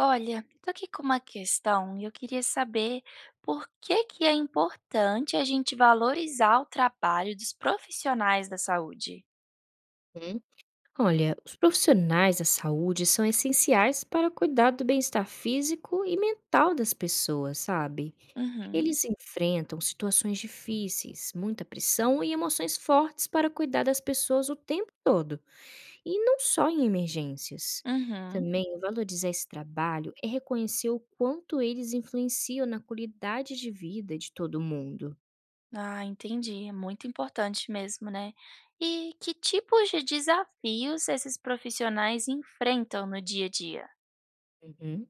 Olha, tô aqui com uma questão e eu queria saber por que que é importante a gente valorizar o trabalho dos profissionais da saúde? Hum, Olha, os profissionais da saúde são essenciais para cuidar do bem-estar físico e mental das pessoas, sabe? Uhum, Eles enfrentam situações difíceis, muita pressão e emoções fortes para cuidar das pessoas o tempo todo. E não só em emergências. uhum. Também valorizar esse trabalho é reconhecer o quanto eles influenciam na qualidade de vida de todo mundo. Ah, entendi. É muito importante mesmo, né? E que tipos de desafios esses profissionais enfrentam no dia a dia? Uhum.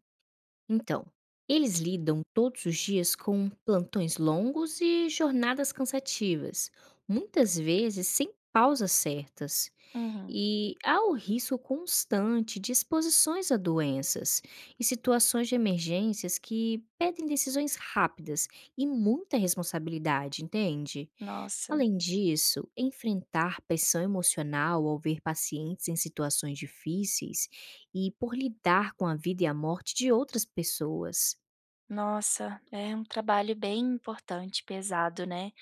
Então, eles lidam todos os dias com plantões longos e jornadas cansativas, muitas vezes sem pausas certas. Uhum. E há o risco constante de exposições a doenças e situações de emergências que pedem decisões rápidas e muita responsabilidade, entende? Nossa, Além disso, enfrentar pressão emocional ao ver pacientes em situações difíceis e por lidar com a vida e a morte de outras pessoas. nossa, é um trabalho bem importante, pesado, né?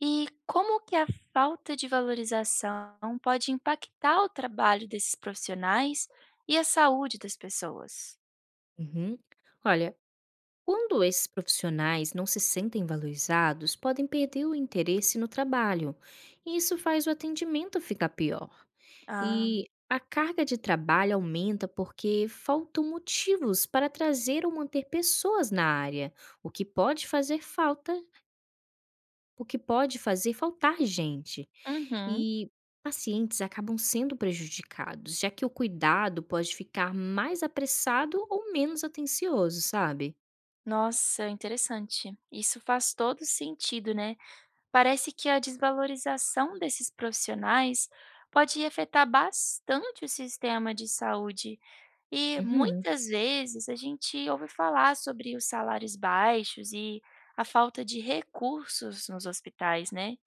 E como que a falta de valorização pode impactar o trabalho desses profissionais e a saúde das pessoas? Uhum. Olha, quando esses profissionais não se sentem valorizados, podem perder o interesse no trabalho, e isso faz o atendimento ficar pior. Ah, E a carga de trabalho aumenta porque faltam motivos para trazer ou manter pessoas na área, o que pode fazer falta, o que pode fazer faltar gente. uhum. E pacientes acabam sendo prejudicados, já que o cuidado pode ficar mais apressado ou menos atencioso, sabe? Nossa, interessante. Isso faz todo sentido, né? Parece que a desvalorização desses profissionais pode afetar bastante o sistema de saúde. E Uhum. muitas vezes a gente ouve falar sobre os salários baixos e a falta de recursos nos hospitais, né?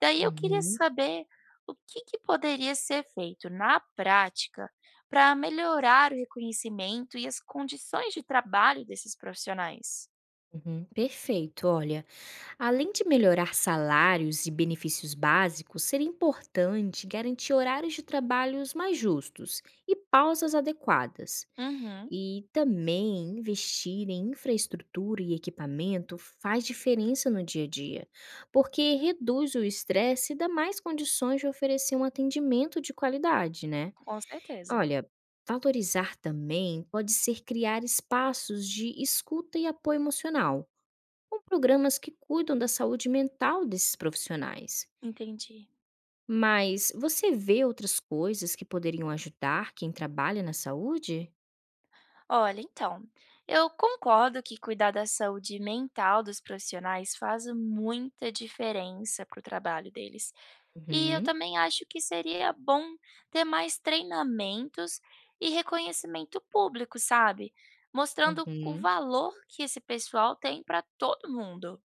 Daí eu queria Uhum. saber o que que poderia ser feito na prática para melhorar o reconhecimento e as condições de trabalho desses profissionais. Uhum, perfeito. Olha, além de melhorar salários e benefícios básicos, seria importante garantir horários de trabalhos mais justos e pausas adequadas. Uhum, E também investir em infraestrutura e equipamento faz diferença no dia a dia, porque reduz o estresse e dá mais condições de oferecer um atendimento de qualidade, né? com certeza. Olha, valorizar também pode ser criar espaços de escuta e apoio emocional com programas que cuidam da saúde mental desses profissionais. Entendi. Mas você vê outras coisas que poderiam ajudar quem trabalha na saúde? Olha, então, eu concordo que cuidar da saúde mental dos profissionais faz muita diferença para o trabalho deles, e eu Uhum, também acho que seria bom ter mais treinamentos e reconhecimento público, sabe, mostrando o uhum. valor que esse pessoal tem para todo mundo.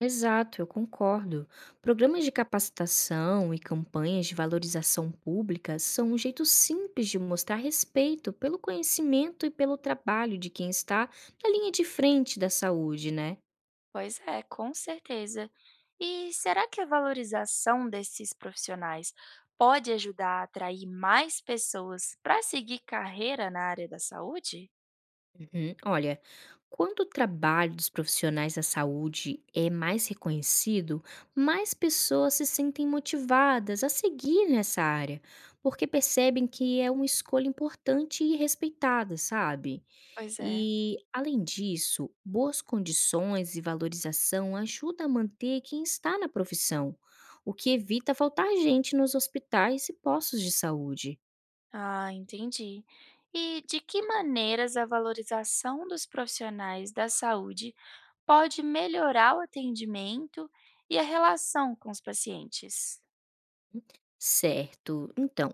Exato, eu concordo. Programas de capacitação e campanhas de valorização pública são um jeito simples de mostrar respeito pelo conhecimento e pelo trabalho de quem está na linha de frente da saúde, né? Pois é, com certeza. E será que a valorização desses profissionais pode ajudar a atrair mais pessoas para seguir carreira na área da saúde? Uhum. Olha, quando o trabalho dos profissionais da saúde é mais reconhecido, mais pessoas se sentem motivadas a seguir nessa área, porque percebem que é uma escolha importante e respeitada, sabe? Pois é. E, além disso, boas condições e valorização ajudam a manter quem está na profissão, o que evita faltar gente nos hospitais e postos de saúde. Ah, entendi. E de que maneiras a valorização dos profissionais da saúde pode melhorar o atendimento e a relação com os pacientes? Certo, então.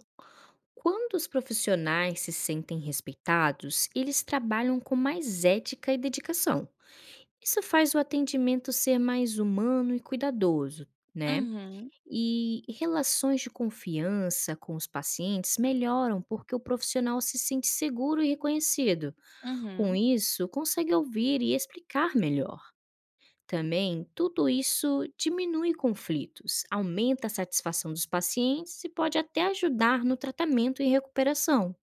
Quando os profissionais se sentem respeitados, eles trabalham com mais ética e dedicação. Isso faz o atendimento ser mais humano e cuidadoso, né? Uhum, E relações de confiança com os pacientes melhoram porque o profissional se sente seguro e reconhecido. Com uhum. isso, consegue ouvir e explicar melhor. Também, tudo isso diminui conflitos, aumenta a satisfação dos pacientes e pode até ajudar no tratamento e recuperação.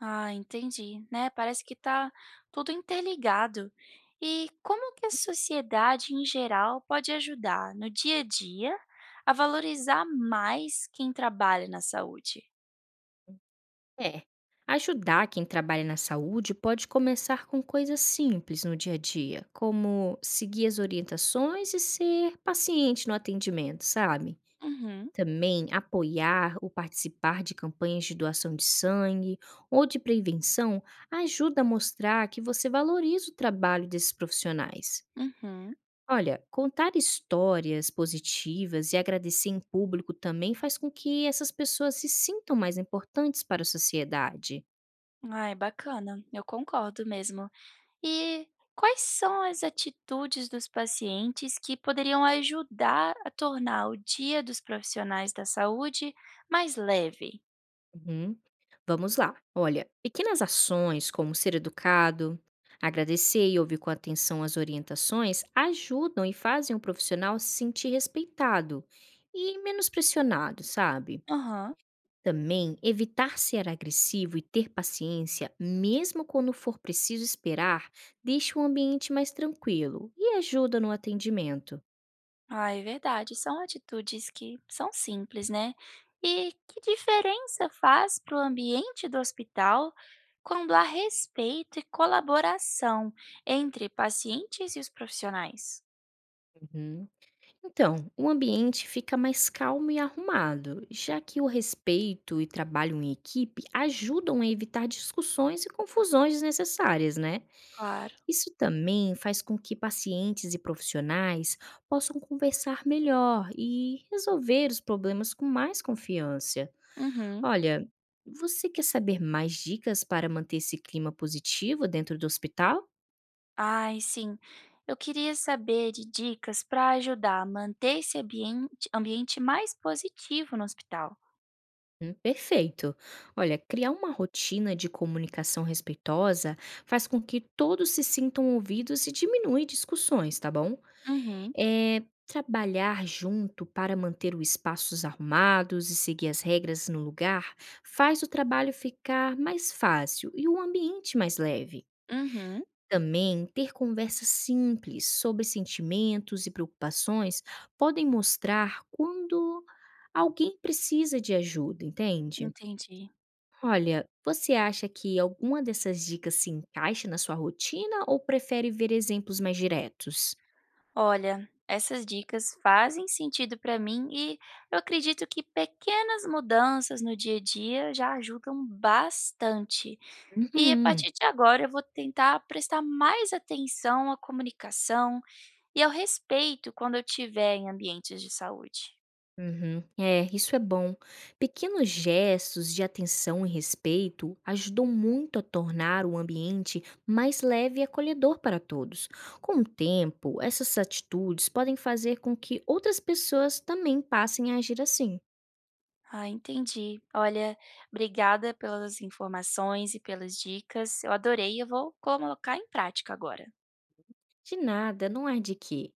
Ah, entendi, né, parece que tá tudo interligado. E como que a sociedade em geral pode ajudar no dia a dia a valorizar mais quem trabalha na saúde? É. Ajudar quem trabalha na saúde pode começar com coisas simples no dia a dia, como seguir as orientações e ser paciente no atendimento, sabe? Uhum, Também apoiar ou participar de campanhas de doação de sangue ou de prevenção ajuda a mostrar que você valoriza o trabalho desses profissionais. uhum. Olha, contar histórias positivas e agradecer em público também faz com que essas pessoas se sintam mais importantes para a sociedade. Ai, bacana, eu concordo mesmo. E quais são as atitudes dos pacientes que poderiam ajudar a tornar o dia dos profissionais da saúde mais leve? Uhum. Vamos lá. Olha, pequenas ações como ser educado, agradecer e ouvir com atenção as orientações ajudam e fazem o profissional se sentir respeitado e menos pressionado, sabe? Aham. Também evitar ser agressivo e ter paciência, mesmo quando for preciso esperar, deixa o ambiente mais tranquilo e ajuda no atendimento. Ah, é verdade. São atitudes que são simples, né? E que diferença faz para o ambiente do hospital quando há respeito e colaboração entre pacientes e os profissionais? Uhum. Então, o ambiente fica mais calmo e arrumado, já que o respeito e trabalho em equipe ajudam a evitar discussões e confusões desnecessárias, né? Claro. Isso também faz com que pacientes e profissionais possam conversar melhor e resolver os problemas com mais confiança. Uhum. Olha, você quer saber mais dicas para manter esse clima positivo dentro do hospital? Ai, sim. Eu queria saber de dicas para ajudar a manter esse ambiente mais positivo no hospital. Perfeito. Olha, criar uma rotina de comunicação respeitosa faz com que todos se sintam ouvidos e diminui discussões, tá bom? Uhum, É, trabalhar junto para manter os espaços arrumados e seguir as regras no lugar faz o trabalho ficar mais fácil e o ambiente mais leve. uhum. Também ter conversas simples sobre sentimentos e preocupações podem mostrar quando alguém precisa de ajuda, entende? Entendi. Olha, você acha que alguma dessas dicas se encaixa na sua rotina ou prefere ver exemplos mais diretos? Olha, essas dicas fazem sentido para mim e eu acredito que pequenas mudanças no dia a dia já ajudam bastante. E a Uhum. partir de agora eu vou tentar prestar mais atenção à comunicação e ao respeito quando eu estiver em ambientes de saúde. Uhum. É, isso é bom. Pequenos gestos de atenção e respeito ajudam muito a tornar o ambiente mais leve e acolhedor para todos. Com o tempo, essas atitudes podem fazer com que outras pessoas também passem a agir assim. Ah, entendi. Olha, obrigada pelas informações e pelas dicas. Eu adorei, eu vou colocar em prática agora. De nada, não há de quê.